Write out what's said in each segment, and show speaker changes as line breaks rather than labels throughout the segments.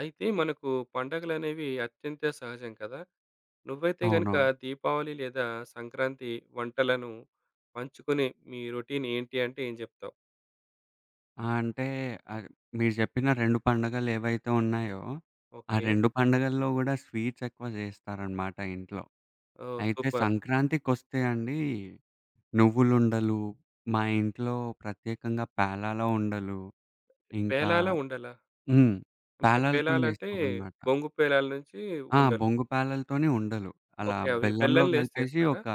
అయితే మనకు పండగలనేవి అత్యంత సహజం కదా! నువ్వైతే
అవును.
గనుక దీపావళి లేదా సంక్రాంతి వంటలను పంచుకునే మీ రొటీన్ ఏంటి అంటే ఏం జెప్తావు?
ఆ! అంటే ఆహ్, మీరు జెప్పిన 2 పండుగలు ఏవైతే ఉన్నాయో, ఆ
ఓకే.
2 పండుగల్లో గూడా స్వీట్స్ ఎక్కువ జేస్తారనమాట ఇంట్లో.
ఓహ్!
అయితే
సూపర్.
సంక్రాంతికొస్తే అండి, నువ్వులుండలు, మా ఇంట్లో ప్రత్యేకంగా పేలాల ఉండలు, ఇంకా
పేలాలా? ఉండలా?
హ్మ్.
అంటే
పేలాలతోని
పేలాలంటే
జేస్తారనమాట.
బొంగు పేలాల నుంచి
ఆ!
ఉండలు.
బొంగు పేలాలతోని ఉండలు. అలా
ఓకే. అవి
బెల్లంలో
బెల్లంలో ఏసి
గలిపేసి
చేస్తారా?
ఒక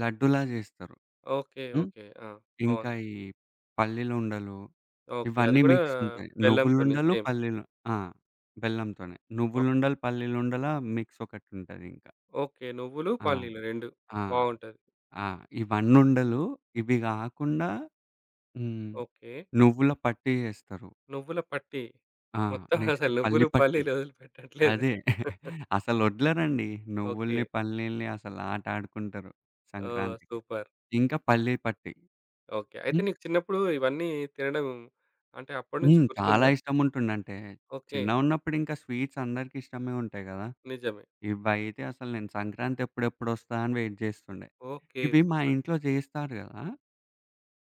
లడ్డులా జేస్తారు.
ఓకే.
హ్మ్.
ఓకే. ఆ!
ఇంకా
బావుంది.
ఈ పల్లీలుండలు
ఓకే. అది
ఇవన్నీ
కూడా
మిక్స్ ఉంటాయి.
బెల్లంతోనే
నువ్వులుండలు,
సేమ్.
పల్లీలు. ఆ! బెల్లంతోనే. నువ్వులుండలు, పల్లీలుండల మిక్స్ ఒకటుంటదింక.
ఓకే. నువ్వులు,
ఆ!
పల్లీలు 2
ఆ!
బావుంటది.
ఆ! ఇవన్నుండలు. ఇవి గాకుండా హ్మ్.
ఓకే.
నువ్వుల పట్టి జేస్తరు.
నువ్వుల పట్టి.
ఆ!
మొత్తం
నెక్స్ట్
అసలు
పల్లి
నువ్వులు,
పట్టి.
పల్లీలు వదిలిపెట్టట్లేదు.
అదే. అసలొదలరండి.
ఓకే.
నువ్వుల్ని, పల్లీల్ని అసలు ఆటాడుకుంటరు
ఓహ్!
సంక్రాంతికి.
సూపర్.
ఇంకా పల్లి పట్టి.
ఓకే. అయితే
హ్మ్.
నీకు చిన్నప్పుడు ఇవన్నీ తినడం అంటే అప్పటినుంచి
హ్మ్. చాలా
గుర్తుందా?
ఇష్టముంటుండంటే
ఓకే.
చిన్నగున్నప్పుడింకా స్వీట్స్ అందరికి ఇష్టమే ఉంటాయి గదా!
నిజమే.
ఇవైతే అసలు నేను సంక్రాంతి ఎప్పుడెప్పుడొస్తదా అని వెయిట్ జేస్తుండే.
ఓకే.
ఇవి మా
సూపర్.
ఇంట్లో జేస్తారు గదా!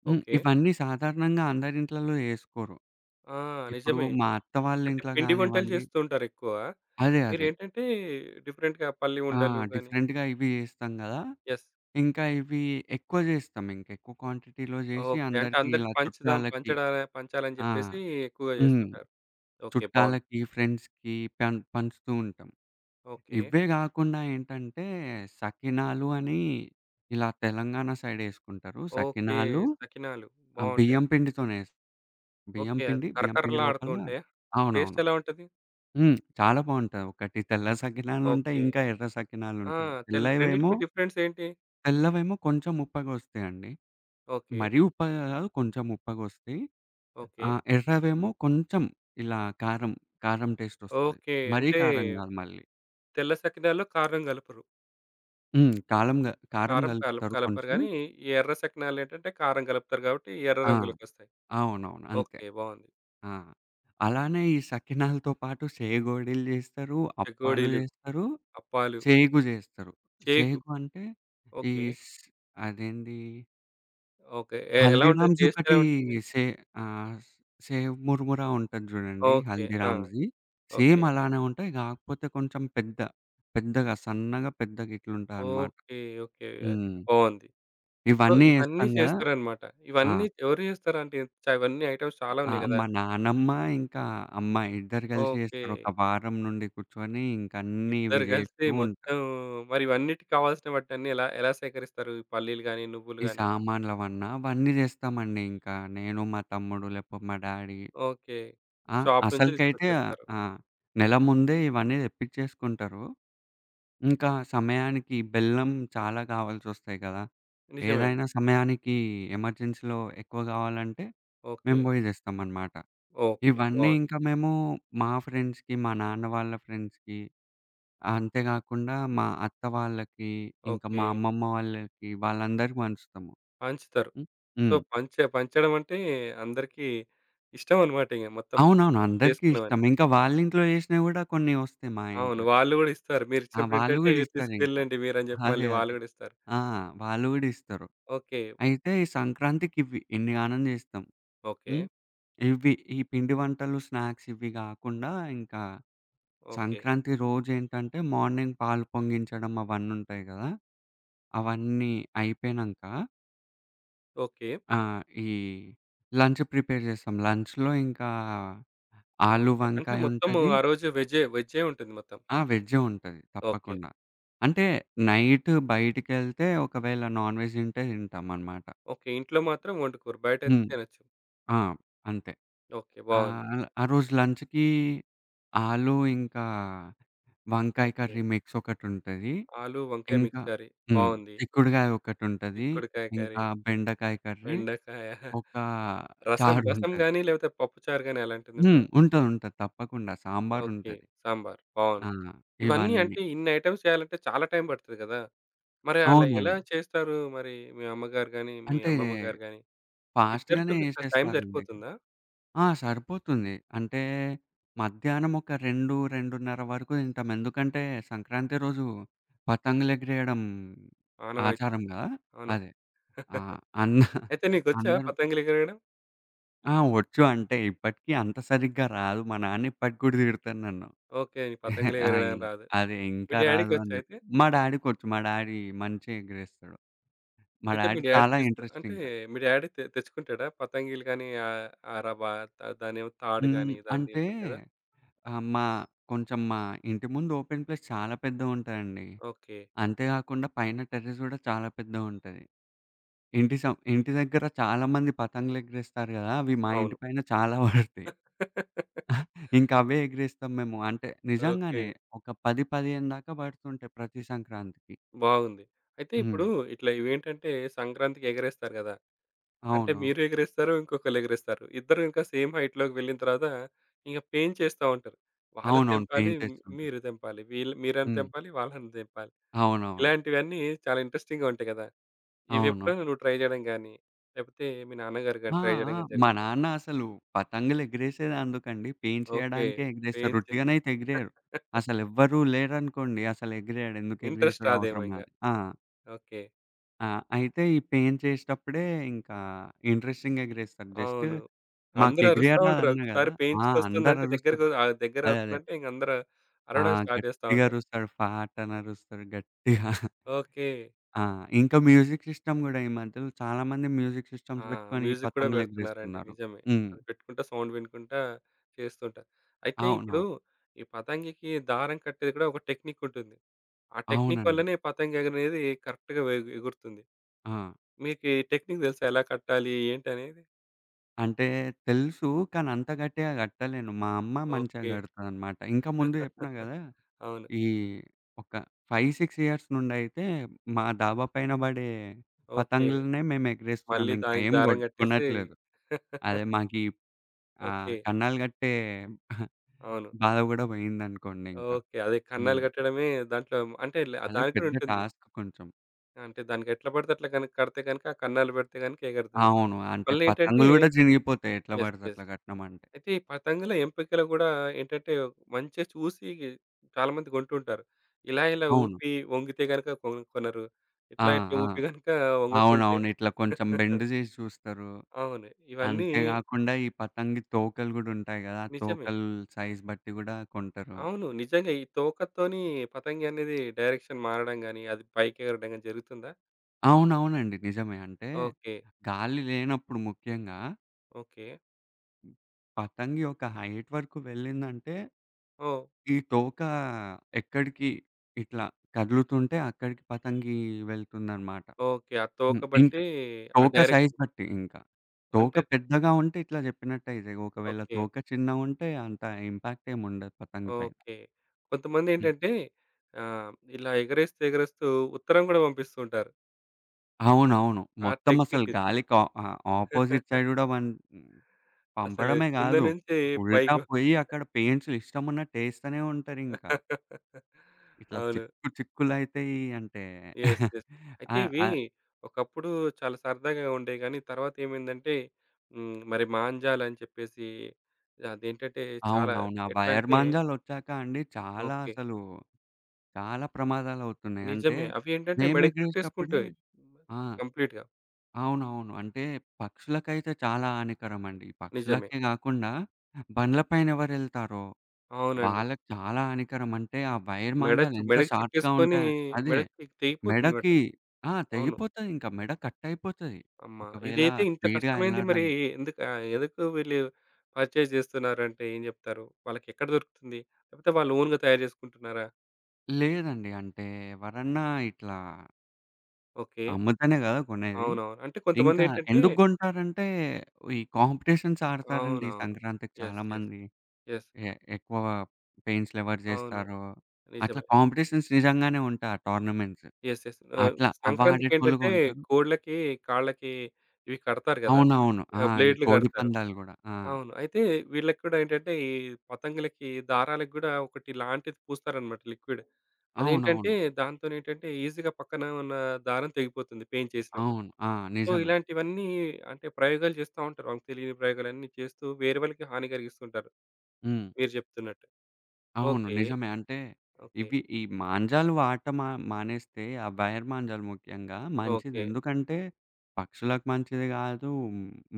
హ్మ్.
ఓకే.
ఇవన్నీ సాధారణంగా అందరి ఇంట్లలో జేసుకోరు.
ఆ!
ఇప్పుడు
నిజమే.
మా అత్త వాళ్ళ
అంటే
ఇంట్లో
పిండి వంటలు
గానివ్వండి.
చేస్తూ ఉంటారెక్కువ.
అదే. అదే.
మీరేంటంటే డిఫరెంట్‌గా పల్లి
ఆ!
ఉండలు గాని
డిఫరెంట్‌గా ఇవి జేస్తాం గదా!
యెస్.
ఇంకా ఇవి ఎక్కువ జేస్తాం. ఇంకెక్కువ క్వాంటిటీలో జేసి
ఓకే. అంటే
అందరికీ
అందరికి
ఇలా
పంచుదాం
చుట్టాలకి
పంచడా పంచాలని
ఆ!
చెప్పేసి ఎక్కువగా
హ్మ్.
చేస్తుంటారు. ఓకే. బావుంది.
చుట్టాలకి, ఫ్రెండ్స్‌కి పంచుతూ ఉంటాం.
ఓకే.
ఇవే గాకుండా ఏంటంటే, సకినాలు అని ఇలా తెలంగాణ సైడ్ యేసుకుంటారు.
ఓకే.
సకినాలు.
సకినాలు బావుంటాయి.
బియ్యం పిండితోనే
ఓకే. అది
బియ్యం పిండి
కరకరలాడుతూ
లోపల.
ఉంటాయా? టేస్ట్
అవునవును.
ఎలా ఉంటది?
హ్మ్. చాలా బావుంటాయి. ఒకటి తెల్ల సకినాలుంటాయి.
ఓకే.
ఇంకా ఎర్ర
ఆ!
సకినాలుంటాయి.
తెల్
తెల్లవేమో
రెండిటికి డిఫరెన్స్ ఏంటి?
తెల్లవేమో కొంచెం ఉప్పగొస్తాయండి.
ఓకే.
మరీ ఉప్పగా గాదు. కొంచెం ఉప్పగొస్తాయి.
ఓకే.
ఎర్రవేమో కొంచెం ఇలా కారం టేస్టొస్తది.
ఓకే.
మరీ
అంటే
కారం గాదు మళ్ళీ.
తెల్ల సకినాల్లో కారం కలపరు.
హ్మ్. కాలం గ కారం
కారం కల
గలుపుతారు
కలపరు
కొంచెం.
గానీ, ఈ ఎర్ర సకినాలేంటంటే కారం కలుపుతారు కాబట్టి ఎర్ర
ఆ!
రంగులోకొస్తాయి.
అవునవును. అంతే.
ఓకే. బావుంది.
ఆ! అలానే ఈ సకినాలతో పాటు సేగోడీలు జేస్తారు, అప్పాలు
చెకోడీలు,
జేస్తారు,
అప్పాలు,
సేగు జేస్తారు.
చేగు.
సేగు అంటే ఈ
ఓకే.
స్ అదేంది.
ఓకే. ఎ ఎలా ఉంటది?
హల్దీరామ్స్
టేస్ట్
ఒకటి
ఎలా ఉంటుంది?
సే ఆహ్, సేవ్ మురుమురా ఉంటది జూడండి
ఓకే. ఆ!
హల్దీరామ్స్‌ది.
ఓకే.
సేమ్ అలానే ఉంటాయి. కాకపోతే కొంచెం పెద్దగా సన్నగా పెద్దగా ఇట్లుంటాయన్నమాట.
ఓకే. ఓకే.
హ్మ్.
బావుంది. సో,
ఇవన్నీ
ఇవన్నీ
ఏస్తాం గదా!
చేస్తారనమాట.
ఆ!
ఇవన్నీ ఎవరు చేస్తారంటే చ ఇవన్నీ ఐటెమ్స్ చాలా
ఆ!
ఉన్నాయి గదా!
మా నానమ్మ ఇంకా అమ్మ ఇద్దరు కలిసి
ఓకే.
చేస్తారు. ఒక వారం నుండి కూర్చొని ఇంక అన్నీ ఇవి
ఇద్దరు కలిసి
చేస్తూ ఉంటారు.
మొత్తం మరి ఇవన్నిటికి కావాల్సిన వాటిని అన్ని ఎలా ఎలా సేకరిస్తారు? ఈ పల్లీలు గాని, నువ్వులు
ఈ
గాని?
సామాన్లవన్నా అవన్నీ చేస్తామండి ఇంకా. నేను, మా తమ్ముడు లేకపోతే మా డ్యాడీ.
ఓకే.
ఆ!
షాప్ నుంచి
అసలుకైతే
తీసుకొచ్చేస్తారు.
ఆ! నెల ముందే ఇవన్నీ తెప్పిచ్చేసుకుంటారు. ఇంకా సమయానికి బెల్లం చాలా కావాల్సొస్తాయి కదా!
నిజమే అండి.
ఏదైనా సమయానికి ఎమర్జెన్సీలో ఎక్కువ కావాలంటే మేము
ఓకే.
పోయి తెస్తామనమాట.
ఓకే.
ఇవన్నీ
బావుంది.
ఇంకా మేము మా ఫ్రెండ్స్‌కి, మా నాన్న వాళ్ళ ఫ్రెండ్స్‌కి, అంతే గాకుండా మా అత్త వాళ్ళకి, ఇంకా
ఓకే.
మా అమ్మమ్మ వాళ్ళకి, వాళ్ళందరికి పంచుతాము.
పంచుతారు.
హ్మ్.
సో,
హ్మ్.
పంచె పంచడం అంటే అందరికీ ఇష్టమనమాట ఇగ మొత్తం
అవునవును. అందరికీ ఇష్టం.
చేసుకున్నవన్నీ.
ఇంకా వాళ్ళింట్లో చేసినవి గూడా కొన్ని వస్తాయి మా
అవును.
ఇంట్లోకి.
వాళ్ళు గూడా ఇస్తారు.
ఆ! వాళ్ళు
మీరిచ్చినప్పుడేంటంటే,
గూడా
ఇవి
ఇస్తారింకా.
తీసుకెళ్ళండి మీరని జెప్పి
అదే.
మళ్ళీ వాళ్ళు
అదే.
గూడా ఇస్తారు.
ఆ! వాళ్ళు గూడా ఇస్తారు.
ఓకే.
అయితే ఈ సంక్రాంతికి ఇవి ఇన్నిగానం చేస్తాం.
ఓకే.
హ్మ్. ఇవి ఈ పిండి వంటలు, స్నాక్స్ ఇవి గాకుండా, ఇంకా
ఓకే.
సంక్రాంతి రోజేంటంటే మార్నింగ్ పాలు పొంగించడం అవన్నుంటాయి గదా! అవన్నీ అయిపోయినంక
ఓకే.
ఆ! ఈ లంచ్ ప్రిపేర్ చేస్తాం. లంచ్‌లో ఇంకా ఆలు
ఓకే. అంటే
వంకాయ
మొత్తము
ఉంటది.
ఆ రోజు వెజ్జే వెజ్జే ఉంటుంది మొత్తం.
ఆ! వెజ్జే ఉంటది
ఓకే.
తప్పకుండా. అంటే నైట్ బయటికెళ్తే ఒకవేళ నాన్ వెజ్ తింటే తింటామనమాట.
ఓకే. ఇంట్లో మాత్రం వండుకోరు. బయటైతే
హ్మ్.
తినొచ్చు.
ఆ! అంతే.
ఓకే. బావుంది.
ఆ రోజు లంచ్‌కి ఆలు ఇంకా వంకాయ
ఓకే.
కర్రీ మిక్స్ ఒకటుంటది.
ఆలు, వంకాయ
ఇంకా
మిక్స్ కర్రీ
హ్మ్.
బావుంది.
చిక్కుడుగాయ ఒకటుంటది.
చిక్కుడుకాయ కర్రీ,
ఇంకా బెండకాయ కర్రీ,
బెండకాయ,
ఒక
రసం రసం
చారుంటది.
గాని లేకపోతే పప్పుచారు గాని
హ్మ్.
అలాంటిదుంటదా?
ఉంటది. ఉంటది. తప్పకుండా
ఓకే.
సాంబారుంటది.
సాంబార్
ఆ!
బావుంటది. ఇవన్నీ
ఇవన్నీ.
అంటే ఇన్ని ఐటెమ్స్ చేయాలంటే చాలా టైం పడతది గదా! మరి అలా ఎలా
అవునండి.
చేస్తారు? మరి మీ అమ్మగారు గాని, మీ
అంటే
అమ్మమ్మ గారు గాని ఇద్దరితో
ఫాస్ట్‌గానే
టైం
ఏసేస్తారండి.
సరిపోతుందా?
ఆ! సరిపోతుంది. అంటే మధ్యాహ్నం ఒక 2, 2:30 వరకు తింటాం. ఎందుకంటే సంక్రాంతి రోజు పతంగులెగిరేయడం
ఆనవాయితీ.
ఆచారం గదా!
అవును.
అదే. ఆ! అన్న
అయితే నీకొచ్చా
అందరం.
పతంగులెగరడం?
ఆ! వచ్చు. అంటే ఇప్పటికి అంత సరిగ్గా రాదు. మా నాన్న ఇప్పటికి గూడా తిడతాడు నన్ను.
ఓకే. నీకు
ఆ!
పతంగులెగరడం రాదు.
అదే
మీ
ఇంకా రాదు అని
డ్యాడీకొచ్చా
జెప్పి.
అయితే?
మా డ్యాడీకొచ్చు. మా డ్యాడీ మంచిగా ఎగిరేస్తాడు. మా
అయితే మీ
డ్యాడీ
డ్యాడీ
చాలా
తీసుకో
ఇంట్రెస్ట్
అంటే
ఇంకా.
మీ డ్యాడీ తె తెచ్చుకుంటాడా? పతంగిలు గానీ, ఆహ్, ఆ రవ త దాన్నేమో తాడు
హ్మ్.
గానీ దానిది
అంటే
ఉంటుంది గదా!
మా కొంచెం మా ఇంటి ముందు ఓపెన్ ప్లేస్ చాలా పెద్దగుంటదండి.
ఓకే.
అంతే గాకుండా పైన టెర్రస్ గూడా చాలా పెద్దగుంటది. ఇంటి దగ్గర చాలా మంది పతంగులు ఎగిరేస్తారు గదా! అవి మా ఇంటి
అవును.
పైన చాలా పడతాయి. ఇంకా అవే ఎగిరేస్తాం మేము. అంటే
ఓకే.
నిజంగానే ఒక 10, 15 దాకా పడుతుంటాయి ప్రతి సంక్రాంతికి.
బాగుంది. అయితే
హ్మ్.
ఇప్పుడు ఇట్లా ఇవేంటంటే సంక్రాంతికి ఎగరేస్తారు గదా! అంటే
అవును.
మీరు ఎగరేస్తారు, ఇంకొకళ్ళెగరేస్తారు. ఇద్దరు ఇంకా సేమ్ హైట్‌లోకి వెళ్ళిన తర్వాత ఇంక పేంచేస్తా ఉంటారు. వాళ్ళది
అవునవును.
తెంపాలి,
పెయింట్ ఏస్తుంటాం.
మీరు తెంపాలి. వీళ్ళు మీరని
హ్మ్.
తెంపాలి, వాళ్ళని తెంపాలి.
అవునవును.
ఇలాంటివన్నీ చాలా ఇంట్రెస్టింగ్‌గా ఉంటాయి కదా!
అవును.
ఇవెప్పుడైనా నువ్వు ట్రై జేయడం గాని, లేపోతే మీ నాన్నగారు
ఆ!
గాని ట్రై జేయడం
ఆ!
గాని
మా
జరిగిందా?
నాన్న అసలు పతంగులు ఎగిరేసేది అందుకండి. Paint
okay.
చేయడానికే ఎగిరేస్తారు.
పెంచి
ఉట్టిగనైతే
ఇంట్రెస్ట్
ఎగిరేయరు. అసలెవ్వరూ లేరనుకోండి అసలు ఎగిరేయడు. ఎందుకు ఎగిరేసుడు
రాదేమో
అవసరమా
ఇంగ.
అని. ఆ!
ఓకే.
ఆ! అయితే ఈ పెయింట్ చేసేటప్పుడే ఇంకా ఇంట్రెస్టింగ్‌గా ఎగిరేస్తారు. జస్ట్
అవును. అందరూ అరుస్తా
మాకెగిరియరు
ఉంటారు.
రాదన్నా
ఒకసారి
గదా! ఆ!
పెయించుకొస్తుందంటే
అందరరుస్తారు.
దగ్గరకి ఆ
అదే. అదే.
దగ్గరవుతుందంటే ఇంగందరూ
ఆ!
అరవడం స్టార్ట్ జేస్తా
గట్టిగా
ఉంటారు.
అరుస్తాడు. ఫాట్ అని అరుస్తాడు గట్టిగా.
ఓకే.
ఆ! ఇంకా మ్యూజిక్ సిస్టమ్ గూడా ఈ మధ్యలో చాలామంది మ్యూజిక్
ఆ!
సిస్టమ్స్ పెట్టుకొని ఈ
మ్యూజిక్ కూడా
పతంగులు
పెడుతున్నారండి.
ఎగరేస్తున్నారు.
నిజమే.
హ్మ్.
అది పెట్టుకుంటా సౌండ్ వినుకుంటా చేస్తుంటా. అయితే ఇప్పుడు
అవునవును.
ఈ పతంగికి దారం కట్టేది కూడా ఒక టెక్నిక్ ఉంటుంది. ఆ టెక్నిక్
అవునండి.
వల్లనే పతంగి అనేది కరెక్ట్‌గా ఎ ఎగురుతుంది.
ఆ!
మీకు ఈ టెక్నిక్ తెలుసా? ఎలా కట్టాలి? ఏంటి అనేది?
అంటే తెలుసు. కానీ అంత గట్టిగా కట్టలేను. మా అమ్మ మంచిగా
ఓకే.
కడతదనమాట. ఇంకా ముందు చెప్పినా గదా!
అవును.
ఈ ఒక 5, 6 ఇయర్స్ నుండయితే మా డాబా పైన పడే
ఓకే.
పతంగులనే మేము ఎగరేస్తున్నాం.
మళ్ళీ
ఇంకా
దానికి
ఏం
దారం కట్టేసి
కొనట్లేదు. అదే మాకీ
ఓకే.
కన్నాలు కట్టే
అవును.
బాధ గూడా పోయిందనుకోండింకా.
ఓకే. అదే కన్నాలు
హ్మ్.
కట్టడమే దాంట్లో అంటే
అదే
దానికి కూడా
పెద్ద
ఉంటుంది.
టాస్క్ కొంచెం.
అంటే దానికి ఎట్లా పడితే అట్లా కనుక కడితే గనుక ఆ కన్నాలు పెడితే గనుక ఎగరదు.
అవును. అంటే
మళ్ళేంటంటే
పతంగులు గూడా చినిగిపోతాయి ఎట్లా
యెస్.
పడితే
యెస్.
అట్లా కట్టినమంటే.
అయితే ఈ పతంగుల ఎంపికలు గూడా ఏంటంటే మంచిగా చూసి చాలామంది కొంటుంటారు. ఇలా ఇలా
అవును.
ఊపి వంగితే గనక కొ కొనరు.
ఆ!
ఇట్లా ఇట్లా
ఆ!
ఊపి గనక వంగకుంటే
అవునవును. ఇట్లా కొంచెం బెండ్ జేసి చూస్తారు.
అవును. ఇవన్నీ
అంతే గాకుండా ఈ పతంగి తోకలు గూడా ఉంటాయి గదా! ఆ
నిజమే.
తోకలు సైజ్ బట్టి గూడా కొంటారు.
అవును. నిజంగా ఈ తోకతోని పతంగి అనేది డైరెక్షన్ మారడం గాని, అది పైకెగరడం గాని జరుగుతుందా?
అవునవునండి. నిజమే. అంటే
ఓకే.
గాలి లేనప్పుడు ముఖ్యంగా
ఓకే.
పతంగి ఒక హైట్ వరకు వెళ్ళిందంటే
ఓహ్!
ఈ తోక ఎక్కడికి ఇట్లా కదులుతుంటే అక్కడికి పతంగి వెళ్తుందన్నమాట.
ఓకే. ఆ తోక
హ్మ్.
బట్టి ఆ
తోక సైజ్
డైరెక్షన్
బట్టి ఇంకా. తోక
అంటే
పెద్దగా ఉంటే ఇట్లా చెప్పినట్టే ఇది. ఒకవేళ
ఓకే.
తోక చిన్నగుంటే అంత ఇంపాక్ట్ ఏమి ఉండదు పతంగ పైన.
ఓకే.
హ్మ్.
కొంతమందేంటంటే ఆహ్, ఇలా ఎగరేస్తూ, ఎగరేస్తూ ఉత్తరం గూడా పంపిస్తూ ఉంటారు.
అవునవును.
ఆ
మొత్తం అసలు
టెక్నిక్ ఇది.
గాలికి ఆపోజిట్ సైడ్ గూడా వన్
అసలు
పంపడమే
కింద
గాదు.
నుంచి
ఉల్టా
పైకి
పోయి అక్కడ పెయింట్స్‌లు ఇష్టమున్నట్టు ఏస్తనే ఉంటారింకా. ఇట్లా
అవును.
చిక్కు చిక్కులైతాయి అంటే.
యెస్. యెస్.
ఆ!
అయితే ఇవి
ఆ!
ఒకప్పుడు చాలా సరదాగా ఉండేవి గానీ, తర్వాత ఏమైందంటే హ్మ్. మరి మాంజాలని చెప్పేసి అదేంటంటే చాలా
అవునవును. ఆ
ఎట్లా
వైర్
అంటే
మాంజాలొచ్చాక అండి చాలా
ఓకే.
అసలు చాలా ప్రమాదాలవుతున్నాయి. అంటే
నిజమే. అవి ఏంటంటే
మేము
మెడకి
ఎగరేసేటప్పుడే.
చుట్టేసుకుంటాయి.
ఆ!
కంప్లీట్‌గా.
అవునవును. అంటే పక్షులకైతే చాలా హానికరమండి.
నిజమే.
పక్షులకే గాకుండా బండ్ల పైన ఎవరెళ్తారో
అవునండి.
వాళ్ళకి చాలా హానికరం. అంటే ఆ వైర్
మెడ
మాంజాలు
చు
ఎంత
మెడకి
షార్ప్‌గా
చుట్టేసుకొని
ఉంటాయి, అదే
మెడకి తెగిపోతుంది మెడ.
మెడకి. ఆ!
అవును.
తెగిపోతదింక. మెడ కట్టయిపోతది.
అమ్మ!
ఒకవేళ
ఇదైతే ఇంత
స్పీడ్‌గా
కష్టమైంది మరి
ఎళ్ళారని.
ఎందుకు ఆహ్, ఎందుకు వీళ్ళు పర్చేస్ చేస్తున్నారంటే ఏం చెప్తారు? వాళ్ళకెక్కడ దొరుకుతుంది? లేకపోతే వాళ్ళు ఓన్‌గా తయారు చేసుకుంటున్నారా?
లేదండి. అంటే ఎవరన్నా ఇట్లా
ఓకే.
అమ్ముతేనే గదా కొనేది.
అవునవును. అంటే
ఇంకా
కొంతమందేంటంటే
ఎందుకు గొంటారంటే, ఈ కాంపిటీషన్స్ ఆడతారండి ఈ
అవునవును.
సంక్రాంతికి చాలా
యెస్. యెస్.
మంది.
యెస్.
ఎ ఎక్కువ పెయిన్స్‌లెవరు
అవును.
జేస్తారో, అట్లా
నిజమే.
కాంపిటీషన్స్ నిజంగానే ఉంటాయి, ఆ టోర్నమెంట్స్.
యెస్. యెస్. ఆహ్,
అట్లా అవి ఆడేటోళ్ళు గూడా
సంక్రాంతికేంటంటే
ఉంటారు.
కోడ్లకి, కాళ్ళకి ఇవి కడతారు కదా!
అవునవును. ఆ!
ఆహ్,
ఈ
బ్లేడ్‌లు
కోడి
కడతారు.
పందాలు గూడా. ఆ!
అవును. అయితే వీళ్ళకి కూడా ఏంటంటే, ఈ పతంగులకి దారాలకు గూడా ఒకటి లాంటిది పూస్తారనమాట లిక్విడ్. అదేంటంటే,
అవునవును.
దాంతోనేంటంటే ఈజీగా పక్కన ఉన్న దారం తెగిపోతుంది పేంచేసినప్పుడు.
అవును. ఆ!
సో,
నిజమే.
ఇలాంటివన్నీ అంటే ప్రయోగాలు చేస్తా ఉంటారు. వాళ్ళకి తెలియని ప్రయోగాలన్నీ చేస్తూ వేరే వాళ్ళకి హాని కలిగిస్తుంటారు
హ్మ్.
మీరు చెప్తున్నట్టు.
అవును.
ఓకే.
నిజమే. అంటే
ఓకే.
ఇవి ఈ మాంజాలు ఆట మానేస్తే, ఆ వైర్ మాంజాలు ముఖ్యంగా మంచిది.
ఓకే.
ఎందుకంటే పక్షులకు మంచిది గాదు,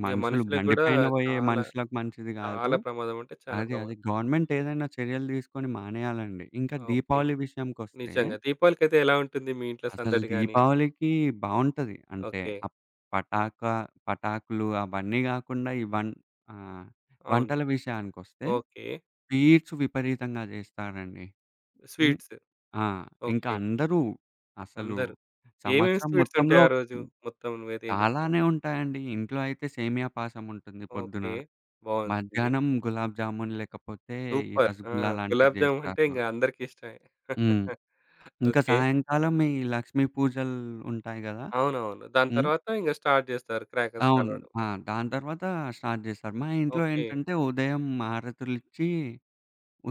ఇంక మనుషులకు
బండి
గూడా
పైన బోయే
చాలా,
మనుషులకు మంచిది గాదు.
చాలా ప్రమాదం అంటే చాలా
అదే. అదే.
ప్రమాదం.
గవర్నమెంట్ ఏదైనా చర్యలు తీసుకొని మానేయాలండి. ఇంకా
ఓకే.
దీపావళి విషయంకొస్తే,
నిజంగా. దీపావళికైతే ఎలా ఉంటుంది మీ ఇంట్లో
అసలు
సందడి గాని?
దీపావళికి బావుంటది. అంటే
ఓకే.
ఆ పటాక పటాకులు అవన్నీ గాకుండా, ఈ ఆహ్,
అవును.
వంటల విషయానికొస్తే
ఓకే.
స్వీట్స్ విపరీతంగా జేస్తారండి. హ్మ్.
స్వీట్స్.
ఆ! ఇంకా
ఓకే.
అందరూ అసలు
అందరూ. ఏమేమి
సంవత్సరం
స్వీట్స్
మొత్తంలో
ఉంటాయి ఆ రోజు? మొత్తం నువ్వైతే ఏం జెప్తావు?
చాలానే ఉంటాయండి. ఇంట్లో అయితే సేమియా పాయసం ఉంటుంది పొద్దున.
ఓకే. బావుంటుంది.
మధ్యాహ్నం గులాబ్ జామున్ లేకపోతే ఈ
సూపర్. ఆ!
రసగుల్లా లాంటివి
గులాబ్ జామ్ అంటే
జేస్తారు.
ఇంగ అందరికీ ఇష్టమే.
హ్మ్. ఇంకా
ఓకే.
సాయంకాలం ఈ లక్ష్మీ పూజలు ఉంటాయి గదా!
అవునవును. దాని
హ్మ్.
తర్వాత ఇంగ స్టార్ట్ జేస్తారు క్రాకర్స్
అవును.
కాలవడం.
ఆ! దాని తర్వాత స్టార్ట్ జేస్తారు. మా ఇంట్లో
ఓకే.
ఏంటంటే ఉదయం హారతులిచ్చి,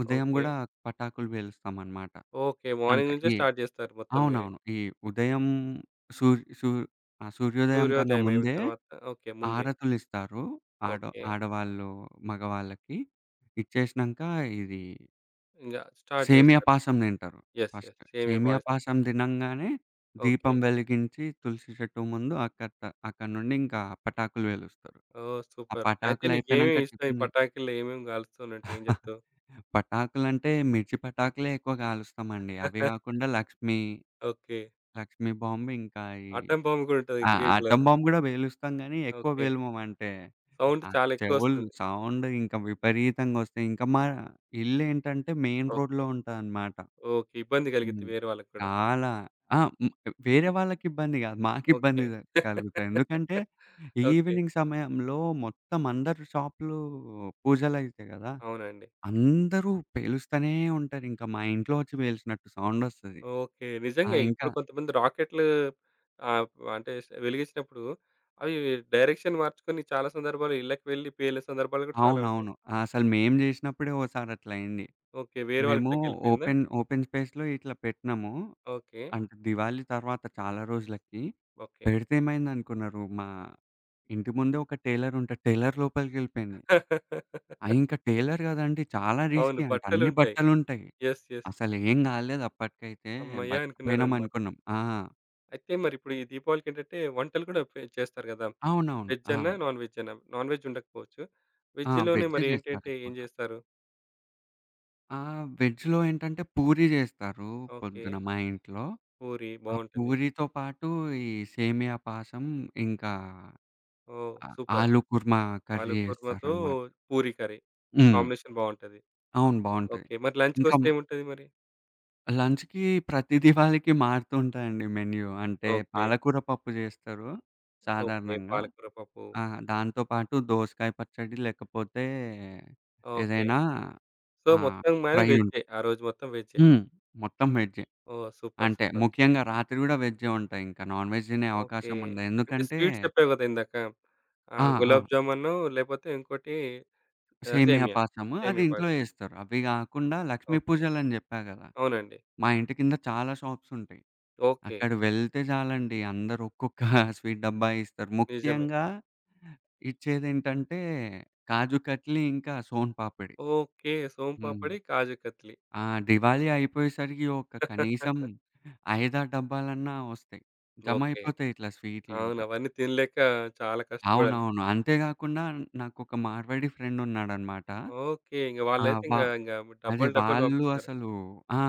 ఉదయం
ఓకే.
గూడా పటాకులు పేలుస్తామనమాట.
ఓకే. మార్నింగ్
అంటే
నుంచే
ఈ
స్టార్ట్ జేస్తారు మొత్తం మీరే.
అవునవును. ఈ ఉదయం సూర్ సూర్ ఆ! సూర్యోదయం కన్నా
సూర్యోదయం అయిన
ముందే
తర్వాత ఓకే. ముందే.
హారతులిస్తారు. ఆడ
ఓకే.
ఆడవాళ్ళు, మగవాళ్ళకి. ఇచ్చేసినంక ఇది
ఇంగ స్టార్ట్
సేమియా
జేస్తారు.
పాశం తింటారు
యెస్. యెస్.
ఫస్ట్.
సేమియా
సేమియా
పాయసం.
పాశం తినంగానే దీపం
ఓకే.
వెలిగించి తులసి చెట్టు ముందు అక్కడి నుండి ఇంకా పటాకులు పేలుస్తారు.
ఓహ్!
ఆ
సూపర్. అయితే
పటాకులయిపోయినంక
నీకేమేమి ఇష్టం? ఈ
టిఫిన్.
పటాకుల్లో ఏమేమి గాలుస్తూ ఉంటాయి? ఏం జెప్తావు?
పటాకులంటే మిర్చి పటాకులే ఎక్కువ కాలుస్తామండి. అవి కాకుండా
ఓకే.
లక్ష్మీ బాంబ్ ఇంకా ఈ
ఆటం బాంబ్ గూడా ఉంటది
ఆ!
Green
atom
colour.
బాంబ్ గూడా పేలుస్తాం గానీ ఎక్కువ
ఓకే.
పేలమం. అంటే
సౌండ్
ఆ
చాలా
చెవులు
ఎక్కువొస్తుంది.
సౌండ్ ఇంకా విపరీతంగొస్తాయి. ఇంకా మా ఇల్లేంటంటే మెయిన్
ఓకే.
రోడ్‌లో ఉంటదనమాట.
ఓకే. ఇబ్బంది కలిగిద్ది
హ్మ్.
వేరే వాళ్ళకి కూడా.
చాలా. ఆ! హ్మ్. వేరే వాళ్ళకిబ్బంది గాదు.
ఓకే.
మాకిబ్బంది కలుగుతాయి. ఎందుకంటే,
ఓకే.
ఈవినింగ్ సమయంలో మొత్తం అందరు షాపులు పూజలయితాయి గదా!
అవునండి.
అందరూ పేలుస్తనే ఉంటారింక. మా ఇంట్లో వచ్చి పేలిసినట్టు సౌండొస్తది.
ఓకే.
ఆ!
నిజంగే
ఇంకా
ఇప్పుడు కొంతమంది రాకెట్లు ఆహ్, అంటే స- వెలిగించినప్పుడు అవి డైరెక్షన్ మార్చుకొని చాలా సందర్భాలు ఇళ్ళకి వెళ్లి పేలిన సందర్భాలు కూడా చాలా ఉంటాయి.
అవునవును. అసలు మేం జేసినప్పుడే ఓసారట్లయింది.
ఓకే. వేరే వాళ్ళ
మేము
ఇంట్లోకెళ్ళిపోయిందా?
ఓపెన్ స్పేస్‌లో ఇట్లా పెట్టినాము.
ఓకే.
అంటే దివాళీ తర్వాత చాలా రోజులకి.
ఓకే.
పెడితే ఏమైందనుకున్నారు, మా ఇంటి ముందే ఒక టైలరుంటే టైలర్ లోపలికెళ్ళిపోయింది. ఆ! ఇంక టైలర్ గదండీ! చాలా
అవును.
రిస్కీ అంట. అన్ని
బట్టలుంటాయి.
బట్టలుంటాయి.
యెస్. యెస్.
అసలేం గాలేదు అప్పటికైతే.
హమ్మయ్య! అనుకున్నారనమాట.
బతికిపోయినామనుకున్నాం. ఆ!
అయితే మరిప్పుడు ఈ దీపావళికేంటంటే వంటలు గూడా ఫె చేస్తారు గదా!
అవునవును.
వెజ్
ఆ!
అన్నా, నాన్ వెజ్ అన్నా. నాన్ వెజ్ ఉండకపోవచ్చు.
ఆ!
వెజ్‌లోనే
వెజ్జే
మరి ఏంటంటే ఏం
జేస్తారెక్కువగా.
జేస్తారు?
ఆ! వెజ్‌లో ఏంటంటే పూరి జేస్తారు
ఓకే.
పొద్దున మా ఇంట్లో.
పూరి
ఆ
బావుంటుంది.
పూరితో పాటు ఈ సేమియా పాశం, ఇంకా
ఓహ్! సూపర్.
ఆలు కుర్మా
ఆలు
కర్రీ
కుర్మాతో
జేస్తారనమాట.
పూరి కర్రీ.
హ్మ్.
కాంబినేషన్ బావుంటది.
అవును. బావుంటది.
ఓకే. మరి
ఇంకా
లంచ్‌కొస్తే ఏముంటది మరి?
లంచ్‌కి ప్రతి దివాళీకి మారుతూ ఉంటాయండి మెన్యూ. అంటే
ఓకే.
పాలకూర పప్పు జేస్తారు
ఓకే.
సాధారణంగా.
పాలకూర పప్పు.
ఆ! దాంతో పాటు దోసకాయ పచ్చడి లేకపోతే
ఓకే.
ఏదైనా
సో,
ఆహ్,
మొత్తం గాని
ఫ్రై
వెజ్జే.
ఉంటది.
ఆ రోజు మొత్తం వెజ్జే.
హ్మ్. మొత్తం వెజ్జే.
ఓహ్! సూపర్.
అంటే
సూపర్.
ముఖ్యంగా రాత్రి గూడా వెజ్జే ఉంటాయింక. నాన్ వెజ్ తినే
ఓకే.
అవకాశం ఉండదు.
అంటే
ఎందుకంటే
స్వీట్స్ చెప్పావు గదా ఇందాక. ఆ!
ఆ! ఆ!
గులాబ్ జామూను లేపోతే ఇంకోటి ఆ!
సేమియా
సేమియా.
పాయసము అది
సేమియా
ఇంట్లో
పాయసం.
జేస్తారు. అవి గాకుండా లక్ష్మీ
ఓకే.
పూజలని జెప్పా గదా!
అవునండి.
మా ఇంటి కింద చాలా షాప్సుంటాయి.
ఓకే.
అక్కడ వెళ్తే చాలండి, అందరూ ఒక్కొక్క స్వీట్ డబ్బా ఇస్తారు.
నిజమే.
ముఖ్యంగా ఇచ్చేదేంటంటే కాజు కట్లీ, ఇంకా సోన్ పాపిడి.
ఓకే.
హ్మ్.
సోంపాపిడి, కాజు కత్లీ.
ఆ! దివాళీ అయిపోయేసరికి ఒక కనీసం 5, 6 డబ్బాలన్నా వస్తాయి. జమ
ఓకే.
అయిపోతాయి ఇట్లా
అవును.
స్వీట్‌లింకా.
అవన్నీ తినలేక చాలా కష్టపడాలి.
అవునవును. అంతేగాకుండా నాకొక మార్వాడి ఫ్రెండున్నాడనమాట.
ఓకే. ఇంక
ఆ!
వాళ్ళైతే ఇంగ ఇంగ
అదే
డబ్బాలు డబ్బాలు
వాళ్ళు
పంపిస్తారు.
అసలు ఆ!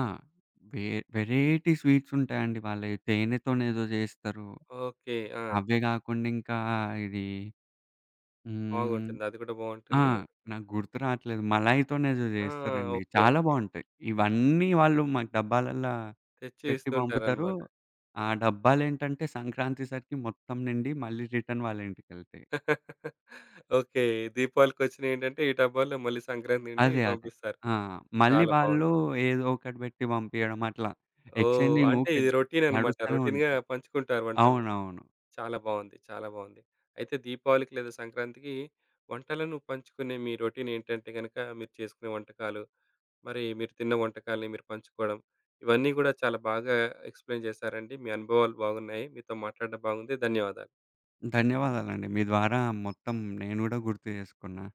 వె వెరైటీ స్వీట్సుంటాయండి వాళ్ళయి. తేనెతోనేదో జేస్తరు.
ఓకే. ఆ!
అవే గాకుండా ఇంకా ఇది హ్మ్.
బాగుంటుంది. అది కూడా
ఆ!
బాగుంటుంది.
నాకు గుర్తు రావట్లేదు. మలాయితోనేదో
ఆ!
జేస్తారండి.
ఓకే.
చాలా
ఓకే.
బావుంటాయి. ఇవన్నీ వాళ్ళు మాకు డబ్బాలల్లా
తెచ్చి
పెట్టి పంపుతారు.
ఇస్తుంటారనమాట.
ఆ డబ్బాలేంటంటే సంక్రాంతి సరికి మొత్తం నిండి మళ్ళీ రిటర్న్ వాళ్ళ ఇంటికెళ్తాయి.
ఓకే. దీపావళికొచ్చినియేంటంటే ఈ డబ్బాల్లో మళ్ళీ సంక్రాంతి నిండి
అదే. అదే.
పంపిస్తారు.
ఆ! మళ్ళీ
చాలా
వాళ్ళు
బాగుంది.
ఏదో ఒకటి బెట్టి పంపియడం అట్లా.
ఓహ్!
ఎక్స్‌చేంజింగ్
అంటే
ఊకే
ఇది రొటీననమాట.
నడుస్తూనే
రొటీన్‌గా
ఉంటది.
పంచుకుంటారు వంటల్ని.
అవునవును.
చాలా బావుంది. చాలా బావుంది. అయితే దీపావళికి లేదా సంక్రాంతికి వంటలను పంచుకునే మీ రొటీన్ ఏంటంటే గనక మీరు చేసుకునే వంటకాలు, మరి మీరు తిన్న వంటకాల్ని మీరు పంచుకోవడం, ఇవన్నీ గూడా చాలా బాగా ఎక్స్‌ప్లెయిన్ చేశారండి. మీ అనుభవాలు బాగున్నాయి. మీతో మాట్లాడడం బాగుంది. ధన్యవాదాలు.
ధన్యవాదాలండి. మీ ద్వారా మొత్తం నేను గూడా గుర్తు జేసుకున్నా.